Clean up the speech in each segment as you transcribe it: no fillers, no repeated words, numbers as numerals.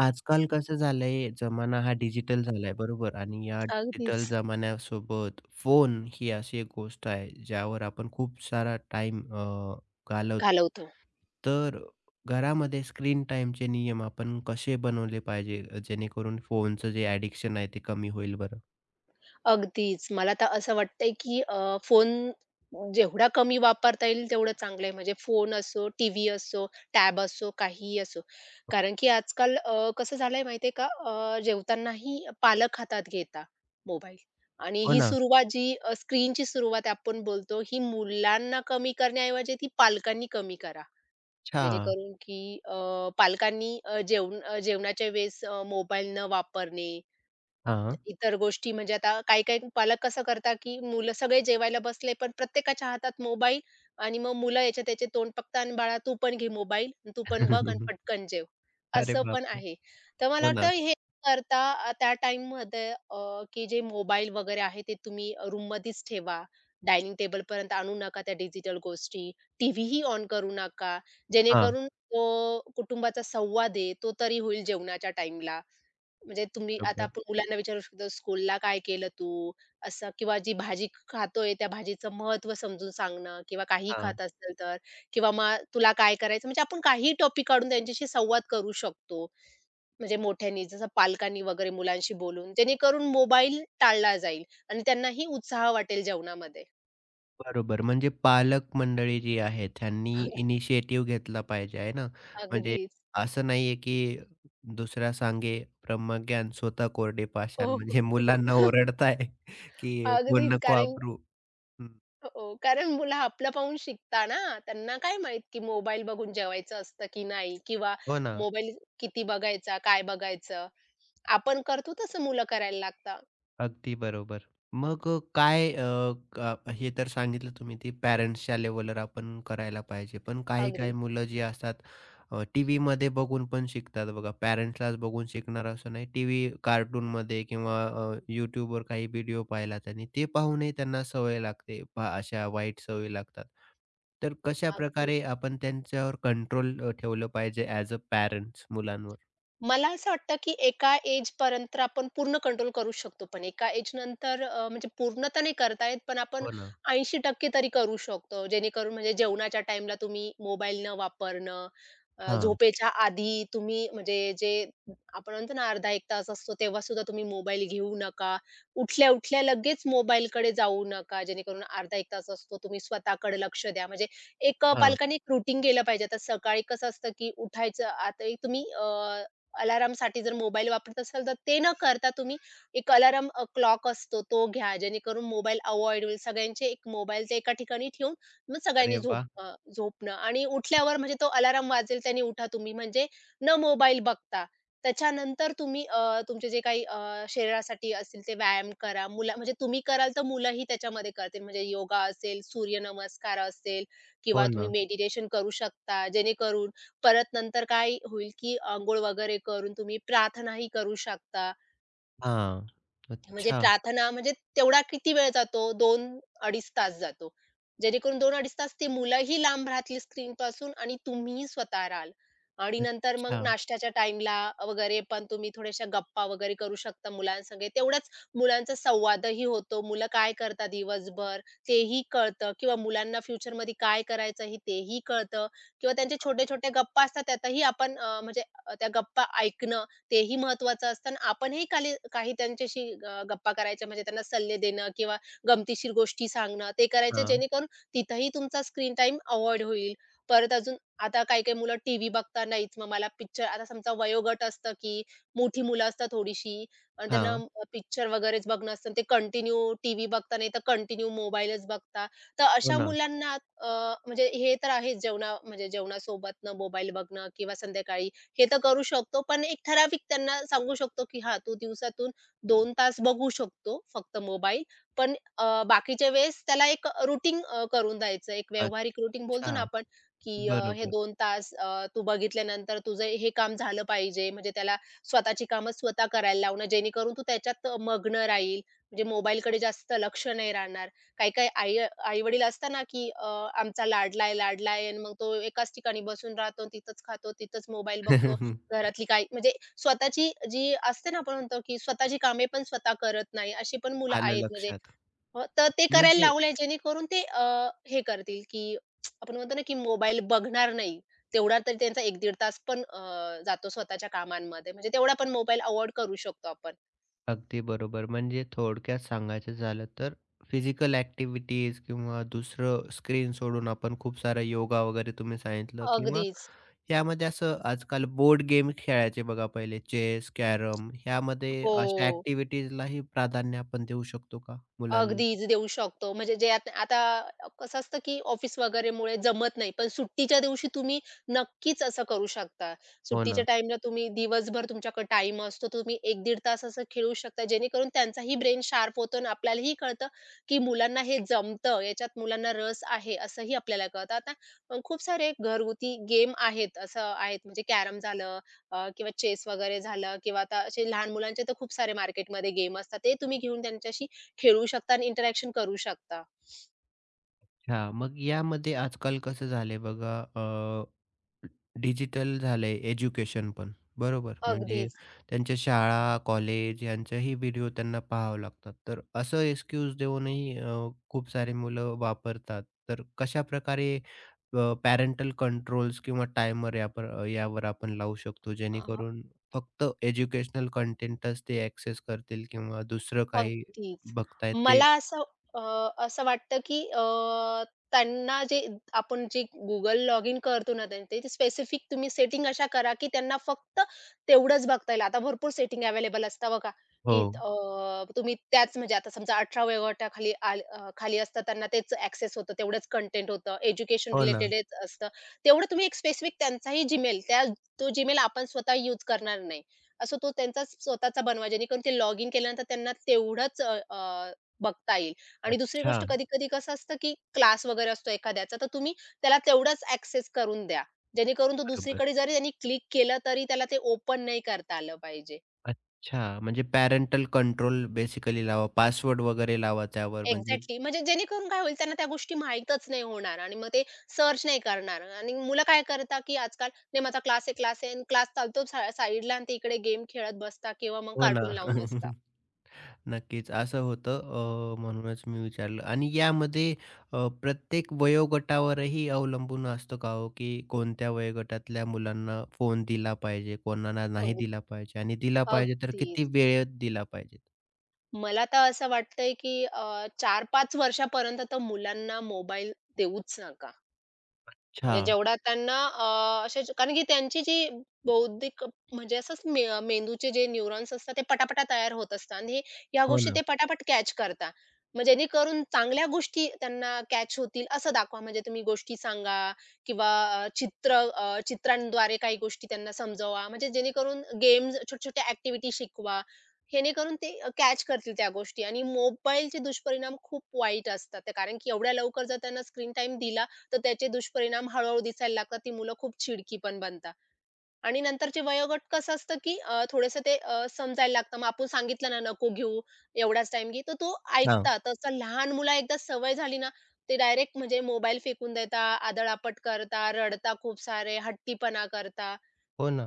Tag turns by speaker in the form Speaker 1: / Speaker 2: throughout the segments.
Speaker 1: आजकाल कसं झालंय, जमाना हा डिजिटल झालाय बरोबर आणि या
Speaker 2: अगदीच.
Speaker 1: डिजिटल जमान्यासोबत फोन ही अशी एक गोष्ट आहे, ज्यावर आपण खूप सारा टाइम घालवतो.
Speaker 2: घालवतो.
Speaker 1: तर घरामध्ये स्क्रीन टाईमचे नियम आपण कसे बनवले पाहिजे, जेणेकरून फोनचं जे ॲडिक्शन आहे ते कमी होईल बरं?
Speaker 2: अगदीच. मला तर असं वाटतंय, की फोन जेवढा कमी वापरता येईल तेवढं चांगलं आहे. म्हणजे फोन असो, टीव्ही असो, टॅब असो, काहीही असो. कारण की आजकाल कसं झालंय माहिती का? जेवतानाही पालक हातात घेता मोबाईल आणि
Speaker 1: हो
Speaker 2: ही
Speaker 1: ना.
Speaker 2: सुरुवात जी स्क्रीनची सुरुवात आपण बोलतो, ही मुलांना कमी करण्याऐवजी ती पालकांनी कमी करा.
Speaker 1: अच्छा.
Speaker 2: जेणेकरून की पालकांनी जेवण जेवणाच्या वेळेस मोबाईल न वापरणे
Speaker 1: हां.
Speaker 2: इतर गोष्टी म्हणजे आता काही-काही पालक कसं करतात, की मुलं सगळे जेवायला बसले, पण प्रत्येकाच्या हातात मोबाईल आणि मग मुलं याचे त्याचे तोंड बघतात आणि "बाळा तू पण घे मोबाईल, आणि तू पण बघ आणि पटकन जेव."
Speaker 1: अरे
Speaker 2: असं पण
Speaker 1: बापरे!
Speaker 2: आहे. तर मला
Speaker 1: हो ना.
Speaker 2: वाटतं हे करता त्या टाईममध्ये की जे मोबाईल वगैरे आहे ते तुम्ही रूममध्येच ठेवा. डायनिंग टेबलपर्यंत आणू नका त्या डिजिटल गोष्टी. टीव्हीही ऑन करू नका.
Speaker 1: हां,
Speaker 2: जेणेकरून तो कुटुंबाचा संवाद आहे, तो तरी होईल जेवणाच्या टाईमला. म्हणजे तुम्ही आता
Speaker 1: बरोबर.
Speaker 2: आपण मुलांना विचारू शकतो, "स्कूलला काय केलं तू?" असं किंवा जी भाजी खातोय त्या भाजीचं महत्त्व समजून सांगणं किंवा काही
Speaker 1: हां.
Speaker 2: खात असेल तर किंवा मग "तुला काय करायचं?" म्हणजे आपण काहीही टॉपिक काढून त्यांच्याशी संवाद करू शकतो. म्हणजे मोठ्यांनी जसं पालकांनी वगैरे मुलांशी बोलून, जेणेकरून मोबाईल टाळला जाईल आणि त्यांनाही उत्साह वाटेल जेवणामध्ये.
Speaker 1: बरोबर. म्हणजे पालक मंडळी जी आहे त्यांनी
Speaker 2: अग-
Speaker 1: इनिशिएटिव्ह घेतला पाहिजे आहे ना. म्हणजे
Speaker 2: अगदीच.
Speaker 1: असं नाहीये की दुसरा सांगे ब्रह्मज्ञान स्वतः कोरडे पाषाण
Speaker 2: हो.
Speaker 1: म्हणजे मुलांना ओरडताय की फोन
Speaker 2: अगदीच
Speaker 1: नको
Speaker 2: कारण
Speaker 1: वापरू. हं,
Speaker 2: हो, कारण मुलं आपलं पाहून शिकता ना. त्यांना काय माहीत की मोबाईल बघून जेवायचं असतं की नाही किंवा
Speaker 1: हो ना.
Speaker 2: मोबाईल किती बघायचा, काय बघायचं. आपण करतो तसं मुलं करायला लागतात.
Speaker 1: अगदी बरोबर. मग काय अ, क हे तर सांगितलं तुम्ही ती पॅरेंट्सच्या लेव्हलवर आपण करायला पाहिजे. पण
Speaker 2: अगदी,
Speaker 1: काही-काही मुलं जी असतात टीव्हीमध्ये बघून पण शिकतात बघा. पॅरेंट्सलाच बघून शिकणार असं नाही. टीव्ही, कार्टूनमध्ये किंवा YouTubeवर काही व्हिडिओ पाहिला त्यांनी, ते पाहूनही त्यांना सवय लागते. पहा अशा वाईट सवयी लागतात. तर
Speaker 2: अगदीच.
Speaker 1: कशाप्रकारे आपण त्यांच्यावर कंट्रोल ठेवलं पाहिजे ॲज अ पॅरेंट्स मुलांवर?
Speaker 2: मला असं वाटतं, की एका एज एजपर्यंत आपण पूर्ण कंट्रोल करू शकतो. पण एका एजनंतर म्हणजे पूर्ण तर नाही करता येत, पण आपण
Speaker 1: हो ना.
Speaker 2: 80% तरी करू शकतो. जेणेकरून म्हणजे जेवणाच्या टाईमला तुम्ही मोबाईल न वापरणं,
Speaker 1: हां,
Speaker 2: झोपेच्या आधी तुम्ही म्हणजे जे आपण म्हणतो ना अर्धा 1 तास असतो, तेव्हा सुद्धा तुम्ही मोबाईल घेऊ नका. उठल्या-उठल्या लगेच मोबाईलकडे जाऊ नका. जेणेकरून अर्धा 1 तास असतो, तुम्ही स्वतःकडे लक्ष द्या. म्हणजे एक अ,
Speaker 1: हां.
Speaker 2: एक रूटीन केलं पाहिजे. आता सकाळी कसं असतं, की उठायचं आता एक तुम्ही अलार्मसाठी जर मोबाईल वापरत असाल तर ते न करता तुम्ही एक अलाराम क्लॉक असतो तो घ्या. जेणेकरून मोबाईल अव्हॉइड होईल. सगळ्यांचे एक मोबाईलच्या एका ठिकाणी ठेवून मग
Speaker 1: अरे
Speaker 2: सगळ्यांनी
Speaker 1: वाह!
Speaker 2: झोपणं आणि उठल्यावर म्हणजे तो अलाराम वाजेल त्याने उठा तुम्ही म्हणजे न मोबाईल बघता. त्याच्यानंतर तुम्ही तुमचे जे काही शरीरासाठी असतील ते व्यायाम करा. मुला म्हणजे तुम्ही कराल तर मुलंही त्याच्यामध्ये करतील. म्हणजे योगा असेल, सूर्यनमस्कार असेल किंवा
Speaker 1: हो
Speaker 2: तुम्ही
Speaker 1: ना.
Speaker 2: मेडिटेशन करू शकता. जेणेकरून परत नंतर काय होईल, की अंघोळ वगैरे करून तुम्ही प्रार्थनाही करू शकता.
Speaker 1: हां.
Speaker 2: म्हणजे
Speaker 1: अच्छा,
Speaker 2: प्रार्थना म्हणजे तेवढा किती वेळ जातो? दोन 25 तास जातो. जेणेकरून दोन 25 तास ती मुलंही लांब राहतील स्क्रीनपासून आणि तुम्हीही स्वतः राहाल. आणि नंतर मग
Speaker 1: अच्छा.
Speaker 2: नाश्त्याच्या टाईमला वगैरे पण तुम्ही थोड्याशा गप्पा वगैरे करू शकता मुलांसंग. तेवढाच मुलांचा संवादही होतो. मुलं काय करतात दिवसभर तेही कळतं किंवा मुलांना फ्युचरमध्ये काय करायचं आहे तेही कळतं किंवा त्यांच्या छोट्या-छोट्या गप्पा असतात त्यातही आपण म्हणजे त्या गप्पा ऐकणं तेही महत्वाचं असतं आणि आपणही काली काही त्यांच्याशी गप्पा करायच्या म्हणजे त्यांना सल्ले देणं किंवा गमतीशीर गोष्टी सांगणं ते करायचं
Speaker 1: हां,
Speaker 2: जेणेकरून तिथंही तुमचा स्क्रीन टाइम अव्हॉइड होईल. परत अजून आता काही-काही मुलं टीव्ही बघता नाहीच. मग मला पिक्चर आता समजा वयोगट असतं की मोठी मुलं असतात थोडीशी आणि त्यांना
Speaker 1: हां.
Speaker 2: पिक्चर वगैरेच बघणं असतं. ते कंटिन्यू टीव्ही बघता नाही तर कंटिन्यू मोबाईलच बघता. तर
Speaker 1: हो
Speaker 2: अशा
Speaker 1: ना.
Speaker 2: मुलांना अ, म्हणजे हे तर आहेच जेवणा म्हणजे जेवणासोबतनं मोबाईल बघणं किंवा संध्याकाळी हे तर करू शकतो. पण एक ठराविक त्यांना सांगू शकतो, की "हां, तू दिवसातून 2 तास बघू शकतो फक्त मोबाईल, पण बाकीच्या वेळेस त्याला एक रूटीन करून द्यायचं." एक व्यावहारिक रूटीन बोलतो ना
Speaker 1: अच्छा.
Speaker 2: आपण, की हे
Speaker 1: बरोबर.
Speaker 2: 2 तास तू बघितल्यानंतर तुझं हे काम झालं पाहिजे. म्हणजे त्याला स्वतःची कामं स्वतः करायला लावणं, जेणेकरून तू त्याच्यात मग्न राहील. म्हणजे मोबाईलकडे जास्त लक्ष नाही राहणार. काही-काही आई आई-वडील असतात ना, की आमचा लाडला आहे, लाडला आणि मग तो एकाच ठिकाणी बसून राहतो, तिथंच खातो, तिथंच मोबाईल बघतो. घरातली काही म्हणजे स्वतःची जी असते ना, आपण म्हणतो, की स्वतःची कामे पण स्वतः करत नाही, अशी पण मुलं
Speaker 1: आलं
Speaker 2: आहेत म्हणजे.
Speaker 1: लक्षात.
Speaker 2: तर ते करायला
Speaker 1: म्हणजे
Speaker 2: लावलंय जेणेकरून ते हे करतील, की आपण म्हणतो ना, की मोबाईल बघणार नाही. तेवढा तरी त्यांचा 1-1.5 तास पण जातो स्वतःच्या कामांमध्ये. म्हणजे तेवढा पण मोबाईल अव्हॉइड करू शकतो आपण.
Speaker 1: अगदी बरोबर. म्हणजे थोडक्यात सांगायचं झालं तर फिजिकल ॲक्टिव्हिटीज किंवा दुसरं स्क्रीन सोडून आपण खूप सारा योगा वगैरे तुम्ही सांगितलं किंवा
Speaker 2: अगदीच.
Speaker 1: यामध्ये असं आजकाल बोर्ड गेम खेळायचे बघा पहिले चेस, कॅरम ह्यामध्ये अशा
Speaker 2: हो.
Speaker 1: ॲक्टिव्हिटीजलाही प्राधान्य आपण देऊ शकतो का मुलांमध्ये?
Speaker 2: अगदीच देऊ शकतो. म्हणजे जे आत आता कसं असतं, की ऑफिस वगैरेमुळे जमत नाही. पण सुट्टीच्या दिवशी तुम्ही नक्कीच असं करू शकता.
Speaker 1: हो
Speaker 2: सुट्टीच्या
Speaker 1: ना.
Speaker 2: टाईमला तुम्ही दिवसभर तुमच्याकडे टाईम असतो. तुम्ही 1-1.5 तास असं खेळू शकता. जेणेकरून त्यांचाही ब्रेन शार्प होतो आणि आपल्यालाही कळतं, की मुलांना हे जमतं. याच्यात मुलांना रस आहे असंही आपल्याला कळतं. आता खूप सारे घरगुती गेम आहेत, असं आहेत म्हणजे कॅरम झालं किंवा चेस वगैरे झालं किंवा आता असे लहान मुलांचे तर खूप सारे मार्केटमध्ये गेम असतात. ते तुम्ही घेऊन त्यांच्याशी खेळू शकता आणि इंटरॅक्शन करू शकता.
Speaker 1: हां, मग यामध्ये आजकाल कसं झालंय बघा डिजिटल झालंय एज्युकेशन पण, बरोबर? म्हणजे
Speaker 2: अगदीच.
Speaker 1: त्यांच्या शाळा, कॉलेज यांचेही व्हिडिओ त्यांना पाहावं लागतात. तर असं एक्सक्यूज देऊनही खूप सारे मुलं वापरतात. तर कशा प्रकारे पॅरेंटल कंट्रोल्स किंवा टायमर यावर आपण लावू शकतो,
Speaker 2: अ,
Speaker 1: जेणेकरून फक्त एज्युकेशनल कंटेंटच ते ॲक्सेस करतील किंवा दुसरं काही
Speaker 2: अगदीच.
Speaker 1: बघतायत ते
Speaker 2: मला असं अ, असं वाटतं, की त्यांना जे आपण जे Google लॉग इन करतो ना, ते स्पेसिफिक तुम्ही सेटिंग अशा करा, की त्यांना फक्त तेवढंच बघता येईल. आता भरपूर सेटिंग अवेलेबल असतात बघा,
Speaker 1: हो.
Speaker 2: की तुम्ही त्याच म्हणजे आता समजा 18 वयोगटाखाली खाली असतं त्यांना तेच ॲक्सेस होतं, तेवढंच कंटेंट होतं, एज्युकेशन
Speaker 1: हो ना.
Speaker 2: रिलेटेडच असतं. तेवढं तुम्ही एक स्पेसिफिक त्यांचाही Gmail, तो Gmail आपण स्वतः यूज करणार नाही. असं तो त्यांचाच स्वतःचा बनवा जेणेकरून ते लॉग इन केल्यानंतर त्यांना तेवढंच अ, अ, बघता येईल आणि दुसरी
Speaker 1: अच्छा.
Speaker 2: गोष्ट कधी-कधी कसं असतं, की क्लास वगैरे असतो एखाद्याचा, तर तुम्ही त्याला तेवढाच ॲक्सेस करून द्या. जेणेकरून तो
Speaker 1: बरोबर.
Speaker 2: दुसरीकडे जरी त्यांनी क्लिक केलं, तरी त्याला ते ओपन नाही करता आलं पाहिजे.
Speaker 1: अच्छा, म्हणजे पॅरेंटल कंट्रोल बेसिकली लावा, पासवर्ड वगैरे लावा त्यावर म्हणजे
Speaker 2: एक्झॅक्टली. म्हणजे जेणेकरून काय होईल त्यांना त्या गोष्टी माहीतच नाही होणार आणि मग ते सर्च नाही करणार आणि मुलं काय करतात, की आजकाल नाही माझा क्लास आहे, क्लास आहे आणि क्लास चालतो साईडला आणि ते इकडे गेम खेळत बसतात किंवा मग
Speaker 1: हो ना.
Speaker 2: कार्टून लावून बसतात.
Speaker 1: नक्कीच असं होतं म्हणूनच मी विचारलं आणि यामध्ये प्रत्येक वयोगटावरही अवलंबून असतं का हो, की कोणत्या वयोगटातल्या मुलांना फोन दिला पाहिजे, कोणाला नाही
Speaker 2: अग
Speaker 1: दिला पाहिजे आणि दिला पाहिजे तर
Speaker 2: अगदी.
Speaker 1: किती वेळेत दिला पाहिजे?
Speaker 2: मला तर असं वाटतंय, की 4-5 वर्षापर्यंत तर मुलांना मोबाईल देऊच नका.
Speaker 1: अच्छा.
Speaker 2: म्हणजे जेवढा त्यांना कारण की त्यांची जी बौद्धिक म्हणजे मेंदूचे जे न्यूरॉन्स असतात ते पटापटा तयार होत असतात आणि या
Speaker 1: हो
Speaker 2: गोष्टी ते
Speaker 1: ना.
Speaker 2: पटापट कॅच करतात. मग जेणेकरून चांगल्या गोष्टी त्यांना कॅच होतील असं दाखवा. म्हणजे तुम्ही गोष्टी सांगा किंवा चित्रांद्वारे काही गोष्टी त्यांना समजवा. म्हणजे जेणेकरून गेम्स, छोट्या-छोट्या ॲक्टिव्हिटी शिकवा. जेणेकरून ते कॅच करतील त्या गोष्टी आणि मोबाईलचे दुष्परिणाम खूप वाईट असतात. कारण की एवढ्या लवकर जर त्यांना स्क्रीन टाईम दिला तर त्याचे दुष्परिणाम हळू-हळू दिसायला लागतात. ती मुलं खूप चिडकी पण बनतात आणि नंतरचे वयोगट कसं असतं, की थोडंसं ते समजायला लागतं. मग आपण सांगितलं ना, "नको घेऊ, एवढाच टाइम घे," तर तो ऐकतात. तसं लहान मुला एकदा सवय झाली ना, ते डायरेक्ट म्हणजे मोबाईल फेकून देतात, आदळआपट करतात, रडतात खूप सारे, हट्टीपणा करतात.
Speaker 1: हो ना.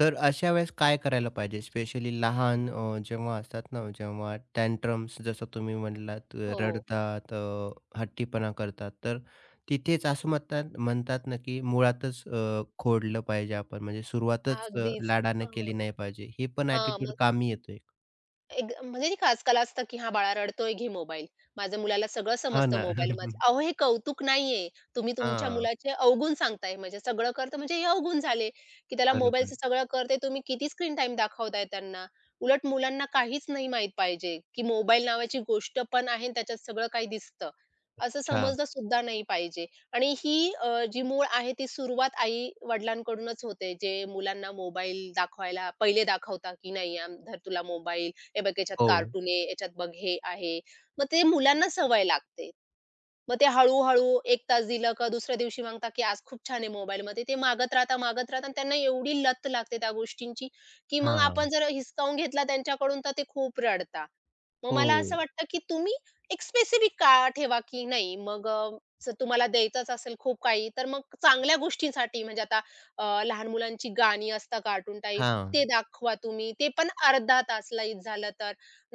Speaker 1: तर अशा वेळेस काय करायला पाहिजे? स्पेशली लहान जेव्हा असतात ना, जेव्हा टँट्रम्स जसं तुम्ही म्हणलात
Speaker 2: हो,
Speaker 1: रडतात, हट्टीपणा करतात, तर तिथेच असं म्हणतात म्हणतात ना, की मुळातच खोडलं पाहिजे आपण. म्हणजे सुरुवातच
Speaker 2: अगदीच.
Speaker 1: लाडाने केली
Speaker 2: हां,
Speaker 1: नाही पाहिजे. हे पण ॲटिट्यूड कामी येतो एक.
Speaker 2: एक म्हणजे नाही का आजकाल असतं, की "हां, बाळा रडतोय, घे मोबाईल." माझ्या मुलाला सगळं समजतं
Speaker 1: ना.
Speaker 2: मोबाईलमधलं. अहो, हे कौतुक नाहीये. तुम्ही तुमच्या
Speaker 1: हां,
Speaker 2: मुलाचे अवगुण सांगताय. म्हणजे सगळं करतं म्हणजे हे अवगुण झाले, की त्याला
Speaker 1: बरोबर.
Speaker 2: मोबाईलचं सगळं कळतंय. तुम्ही किती स्क्रीन टाईम दाखवताय त्यांना. उलट मुलांना काहीच नाही माहीत पाहिजे, की मोबाईल नावाची गोष्ट पण आहे आणि त्याच्यात सगळं काही दिसतं. असं
Speaker 1: अच्छा.
Speaker 2: समजलं सुद्धा नाही पाहिजे. आणि ही जी मूळ आहे ती सुरुवात आई-वडिलांकडूनच होते. जे मुलांना मोबाईल दाखवायला पहिले दाखवता, की "नाही, धर तुला मोबाईल." हे बघ याच्यात
Speaker 1: हो.
Speaker 2: कार्टून आहे, याच्यात बघ हे आहे. मग ते मुलांना सवय लागते. मग ते हळू एक 1 तास दिलं का दुसऱ्या दिवशी मागतात, की आज खूप छान आहे मोबाईलमध्ये. ते मागत राहता, मागत राहता आणि त्यांना एवढी लत लागते त्या गोष्टींची, की मग
Speaker 1: हां.
Speaker 2: आपण जर हिसकावून घेतला त्यांच्याकडून तर ते खूप रडता. मग मला असं
Speaker 1: हो.
Speaker 2: वाटतं, की तुम्ही एक स्पेसिफिक काळ ठेवा, की नाही मग जर तुम्हाला द्यायचंच असेल खूप काही, तर मग चांगल्या गोष्टींसाठी म्हणजे आता लहान मुलांची गाणी असतात कार्टून टाइप,
Speaker 1: हां.
Speaker 2: ते दाखवा तुम्ही. ते पण अर्धा तास लई झालं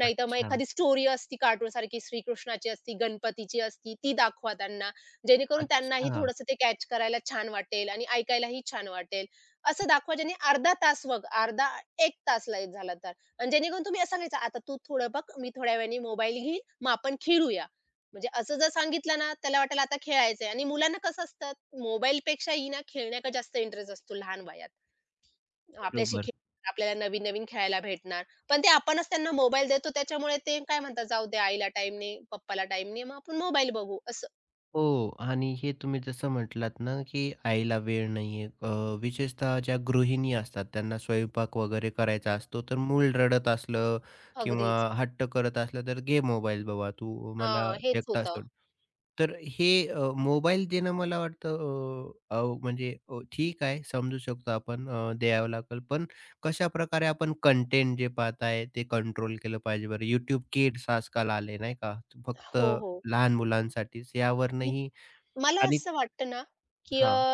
Speaker 2: नाहीतर मग
Speaker 1: अच्छा.
Speaker 2: एखादी स्टोरी असती कार्टूनसारखी श्रीकृष्णाची असती, गणपतीची असती, ती दाखवा त्यांना. जेणेकरून त्यांनाही
Speaker 1: अच्छा.
Speaker 2: थोडंसं ते कॅच करायला छान वाटेल आणि ऐकायलाही छान वाटेल. असं दाखवा ज्याने अर्धा तास बघ, अर्धा 1 तास लय झाला तर आणि जेणेकरून तुम्ही असं सांगायचं, "आता तू थोडं बघ, मी थोड्या वेळाने मोबाईल घेईल, मग आपण खेळूया." म्हणजे असं जर सांगितलं ना, त्याला वाटेल आता खेळायचंय आणि मुलांना कसं असतं मोबाईलपेक्षाही ना खेळण्याकडे जास्त इंटरेस्ट असतो लहान वयात. आपल्याशी
Speaker 1: बरोबर.
Speaker 2: खेळणार, आपल्याला नवीन-नवीन खेळायला भेटणार. पण ते आपणच त्यांना मोबाईल देतो त्याच्यामुळे ते काय म्हणतात, "जाऊ दे आईला टाइम नाही, पप्पाला टाइम नाही, मग आपण मोबाईल बघू." असं.
Speaker 1: हो आणि हे तुम्ही जसं म्हटलात ना, की आईला वेळ नाहीये. विशेषतः ज्या गृहिणी असतात त्यांना स्वयंपाक वगैरे करायचा असतो, तर मूल रडत असलं किंवा
Speaker 2: अगदीच.
Speaker 1: हट्ट करत असलं, तर "घे मोबाईल बाबा तू मला
Speaker 2: हां, हेच
Speaker 1: एकटा
Speaker 2: होतं.
Speaker 1: सोड." तर हे मोबाईल देणं मला वाटतं अ, अ, म्हणजे ठीक आहे समजू शकतो आपण द्यावं लागेल. पण कशाप्रकारे आपण कंटेंट जे पाहताय ते कंट्रोल केलं पाहिजे बरं? YouTube Kids आजकाल आले नाही का? फक्त
Speaker 2: हो, हो.
Speaker 1: लहान मुलांसाठीच. यावरूनही
Speaker 2: मला
Speaker 1: आणि
Speaker 2: असं वाटतं ना, की
Speaker 1: हां.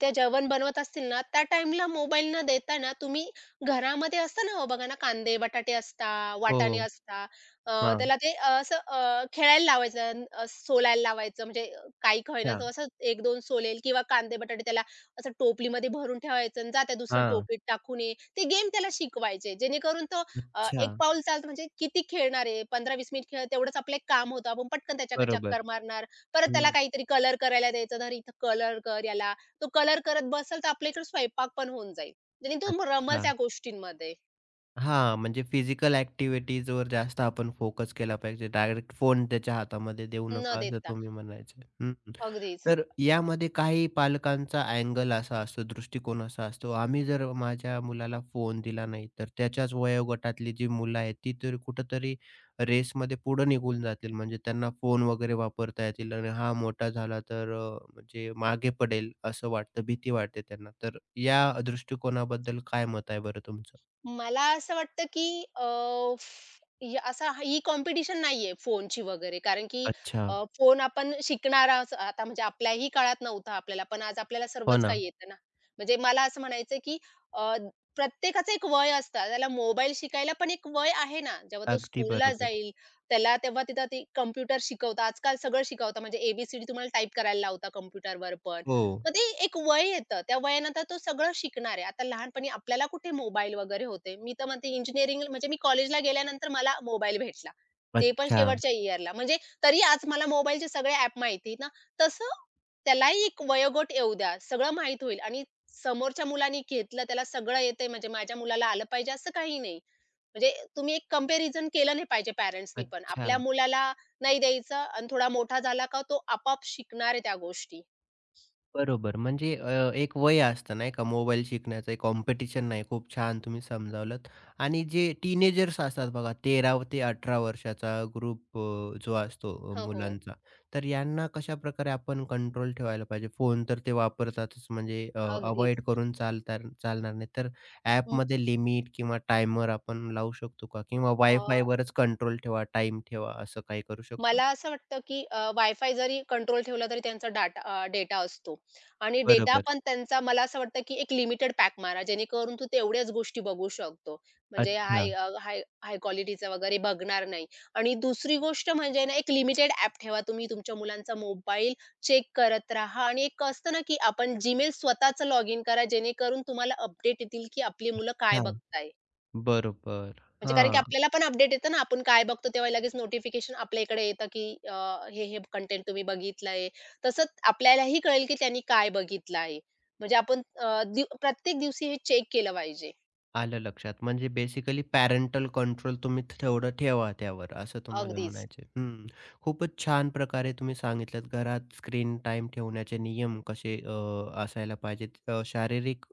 Speaker 2: त्या जेवण बनवत असतील ना, त्या टाईमला मोबाईल न देता ना, तुम्ही घरामध्ये असतं ना, हो बघा ना, कांदे, बटाटे असता, वाटाणे
Speaker 1: हो,
Speaker 2: असता,
Speaker 1: हां,
Speaker 2: त्याला ते असं खेळायला लावायचं, सोलायला लावायचं. म्हणजे काही का
Speaker 1: हां,
Speaker 2: तो असं 1-2 सोलेल किंवा कांदे, बटाटे त्याला असं टोपलीमध्ये भरून ठेवायचं आणि जा दुसऱ्या
Speaker 1: हां.
Speaker 2: टोपलीत टाकून ये. ते गेम त्याला शिकवायचे, जेणेकरून तो
Speaker 1: अच्छा.
Speaker 2: एक पाऊल चालतं म्हणजे किती खेळणार आहे, 15-20 मिनिट खेळ तेवढंच आपलं एक काम होतं. आपण पटकन त्याच्याकडे चक्कर
Speaker 1: बरोबर.
Speaker 2: मारणार. परत त्याला
Speaker 1: हं.
Speaker 2: काहीतरी कलर करायला द्यायचं, "धर इथं कलर कर याला." तो कलर करत बसल तर आपल्या इकडे स्वयंपाक पण होऊन जाईल. आणि तो रमल
Speaker 1: अच्छा.
Speaker 2: त्या गोष्टींमध्ये
Speaker 1: हां, म्हणजे फिजिकल ॲक्टिव्हिटीजवर जास्त आपण फोकस केला पाहिजे. डायरेक्ट फोन त्याच्या हातामध्ये देऊ
Speaker 2: न
Speaker 1: नका, असं
Speaker 2: देता.
Speaker 1: तुम्ही म्हणायचं आहे. हं, हं.
Speaker 2: अगदीच.
Speaker 1: तर यामध्ये काही पालकांचा अँगल असा असतो, दृष्टिकोन असा असतो, आम्ही जर माझ्या मुलाला फोन दिला नाही, तर त्याच्याच वयोगटातली जी मुलं आहेत, ती तर कुठेतरी रेसमध्ये पुढे निघून जातील. म्हणजे त्यांना फोन वगैरे वापरता येतील आणि हा मोठा झाला तर म्हणजे मागे पडेल, असं वाटतं, भीती वाटते त्यांना. तर या दृष्टिकोनाबद्दल काय मत आहे बरं तुमचं?
Speaker 2: मला असं वाटतं की अ, फ ही ही कॉम्पिटिशन नाहीये फोनची वगैरे. कारण की
Speaker 1: अच्छा.
Speaker 2: फोन आपण शिकणाराच आता म्हणजे आपल्याही काळात नव्हता आपल्याला, पण आज आपल्याला
Speaker 1: हो
Speaker 2: सर्वच
Speaker 1: ना.
Speaker 2: काही येतं ना. म्हणजे मला असं म्हणायचंय की अ, प्रत्येकाचं एक वय असतं. त्याला मोबाईल शिकायला पण एक वय आहे ना. जेव्हा तो
Speaker 1: अगदी
Speaker 2: स्कूलला
Speaker 1: बरोबर.
Speaker 2: जाईल, त्याला तेव्हा तिथं ते कॉम्प्युटर शिकवतात. आजकाल सगळं शिकवतात म्हणजे ए तुम्हाला टाइप करायला लावता कॉम्प्युटरवर पण.
Speaker 1: हो.
Speaker 2: मग ते एक वय येतं. त्या वयानंतर तो सगळं शिकणार आहे. आता लहानपणी आपल्याला कुठे मोबाईल वगैरे होते. मी तर म्हणते इंजिनिअरिंग म्हणजे मी कॉलेजला गेल्यानंतर मला मोबाईल भेटला. ते पण
Speaker 1: अच्छा.
Speaker 2: शेवटच्या इयरला. म्हणजे तरी आज मला मोबाईलचे सगळे ॲप माहिती ना. तसं त्यालाही एक वयोगट येऊ द्या. सगळं माहीत होईल आणि समोरच्या मुलाने घेतलं त्याला सगळं येतंय म्हणजे माझ्या मुलाला आलं पाहिजे असं काही नाही. म्हणजे तुम्ही एक कंपॅरिझन केलं नाही पाहिजे पॅरेंट्सनी पण.
Speaker 1: अच्छा.
Speaker 2: आपल्या मुलाला नाही द्यायचं आणि थोडा मोठा झाला का तो आपोआप शिकणार आहे त्या गोष्टी.
Speaker 1: बरोबर. म्हणजे एक वय असतं नाही का मोबाईल शिकण्याचं, एक कॉम्पिटिशन नाही. खूप छान तुम्ही समजावलंत. आणि जे टीनेजर्स असतात बघा 13 ते 18 वर्षाचा ग्रुप जो असतो
Speaker 2: हो, हो.
Speaker 1: मुलांचा, तर यांना कशाप्रकारे आपण कंट्रोल ठेवायला पाहिजे? फोन तर ते वापरतातच म्हणजे
Speaker 2: अगदीच.
Speaker 1: करून चालणार नाही. तर
Speaker 2: म
Speaker 1: ॲपमध्ये लिमिट किंवा टायमर आपण लावू शकतो का? किंवा
Speaker 2: अ,
Speaker 1: वायफायवरच कंट्रोल ठेवा, टाईम ठेवा, असं काही करू शकतो?
Speaker 2: मला असं वाटतं, की वायफाय जरी कंट्रोल ठेवला तरी त्यांचा डेटा असतो आणि डेटा
Speaker 1: बरोबर.
Speaker 2: पण त्यांचा मला असं वाटतं, की एक लिमिटेड पॅक मारा, जेणेकरून तू तेवढ्याच गोष्टी बघू शकतो. म्हणजे
Speaker 1: अच्छा,
Speaker 2: हाय अ, हाय हाय क्वालिटीचं वगैरे बघणार नाही आणि दुसरी गोष्ट म्हणजे ना, एक लिमिटेड ॲप ठेवा. तुम्ही तुमच्या मुलांचा मोबाईल चेक करत राहा आणि एक असतं ना, की आपण Gmail स्वतःचं लॉगिन करा, जेणेकरून तुम्हाला अपडेट येतील, की आपली मुलं काय
Speaker 1: अच्छा.
Speaker 2: बघताय.
Speaker 1: बरोबर.
Speaker 2: म्हणजे कारण की
Speaker 1: हां,
Speaker 2: आपल्याला पण अपडेट येतं ना, आपण काय बघतो तेव्हा लगेच नोटिफिकेशन आपल्या इकडे येतं, की हे कंटेंट तुम्ही बघितलंय. तसंच आपल्यालाही कळेल, की त्यांनी काय बघितलं आहे. म्हणजे आपण अ, दिव प्रत्येक दिवशी हे चेक केलं पाहिजे.
Speaker 1: आलं लक्षात. म्हणजे बेसिकली पॅरेंटल कंट्रोल तुम्ही तेवढं ठेवा त्यावर, असं तुम्हाला
Speaker 2: अगदीच,
Speaker 1: म्हणायचं आहे. हं. खूपच छान प्रकारे तुम्ही सांगितलत घरात स्क्रीन टाईम ठेवण्याचे नियम कसे असायला पाहिजेत. शारीरिक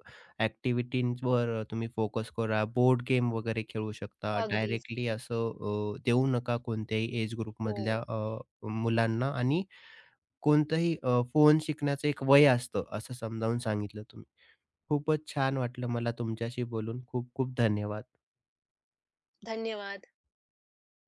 Speaker 1: ॲक्टिव्हिटीजवर तुम्ही फोकस करा. बोर्ड गेम वगैरे खेळू शकता.
Speaker 2: अगदीच.
Speaker 1: डायरेक्टली असं देऊ नका कोणत्याही एज
Speaker 2: हो.
Speaker 1: ग्रुपमधल्या मुलांना आणि कोणतंही फोन शिकण्याचं एक वय असतं, असं समजावून सांगितलं तुम्ही. खूपच छान वाटलं मला तुमच्याशी बोलून. खूप खूप धन्यवाद.
Speaker 2: धन्यवाद.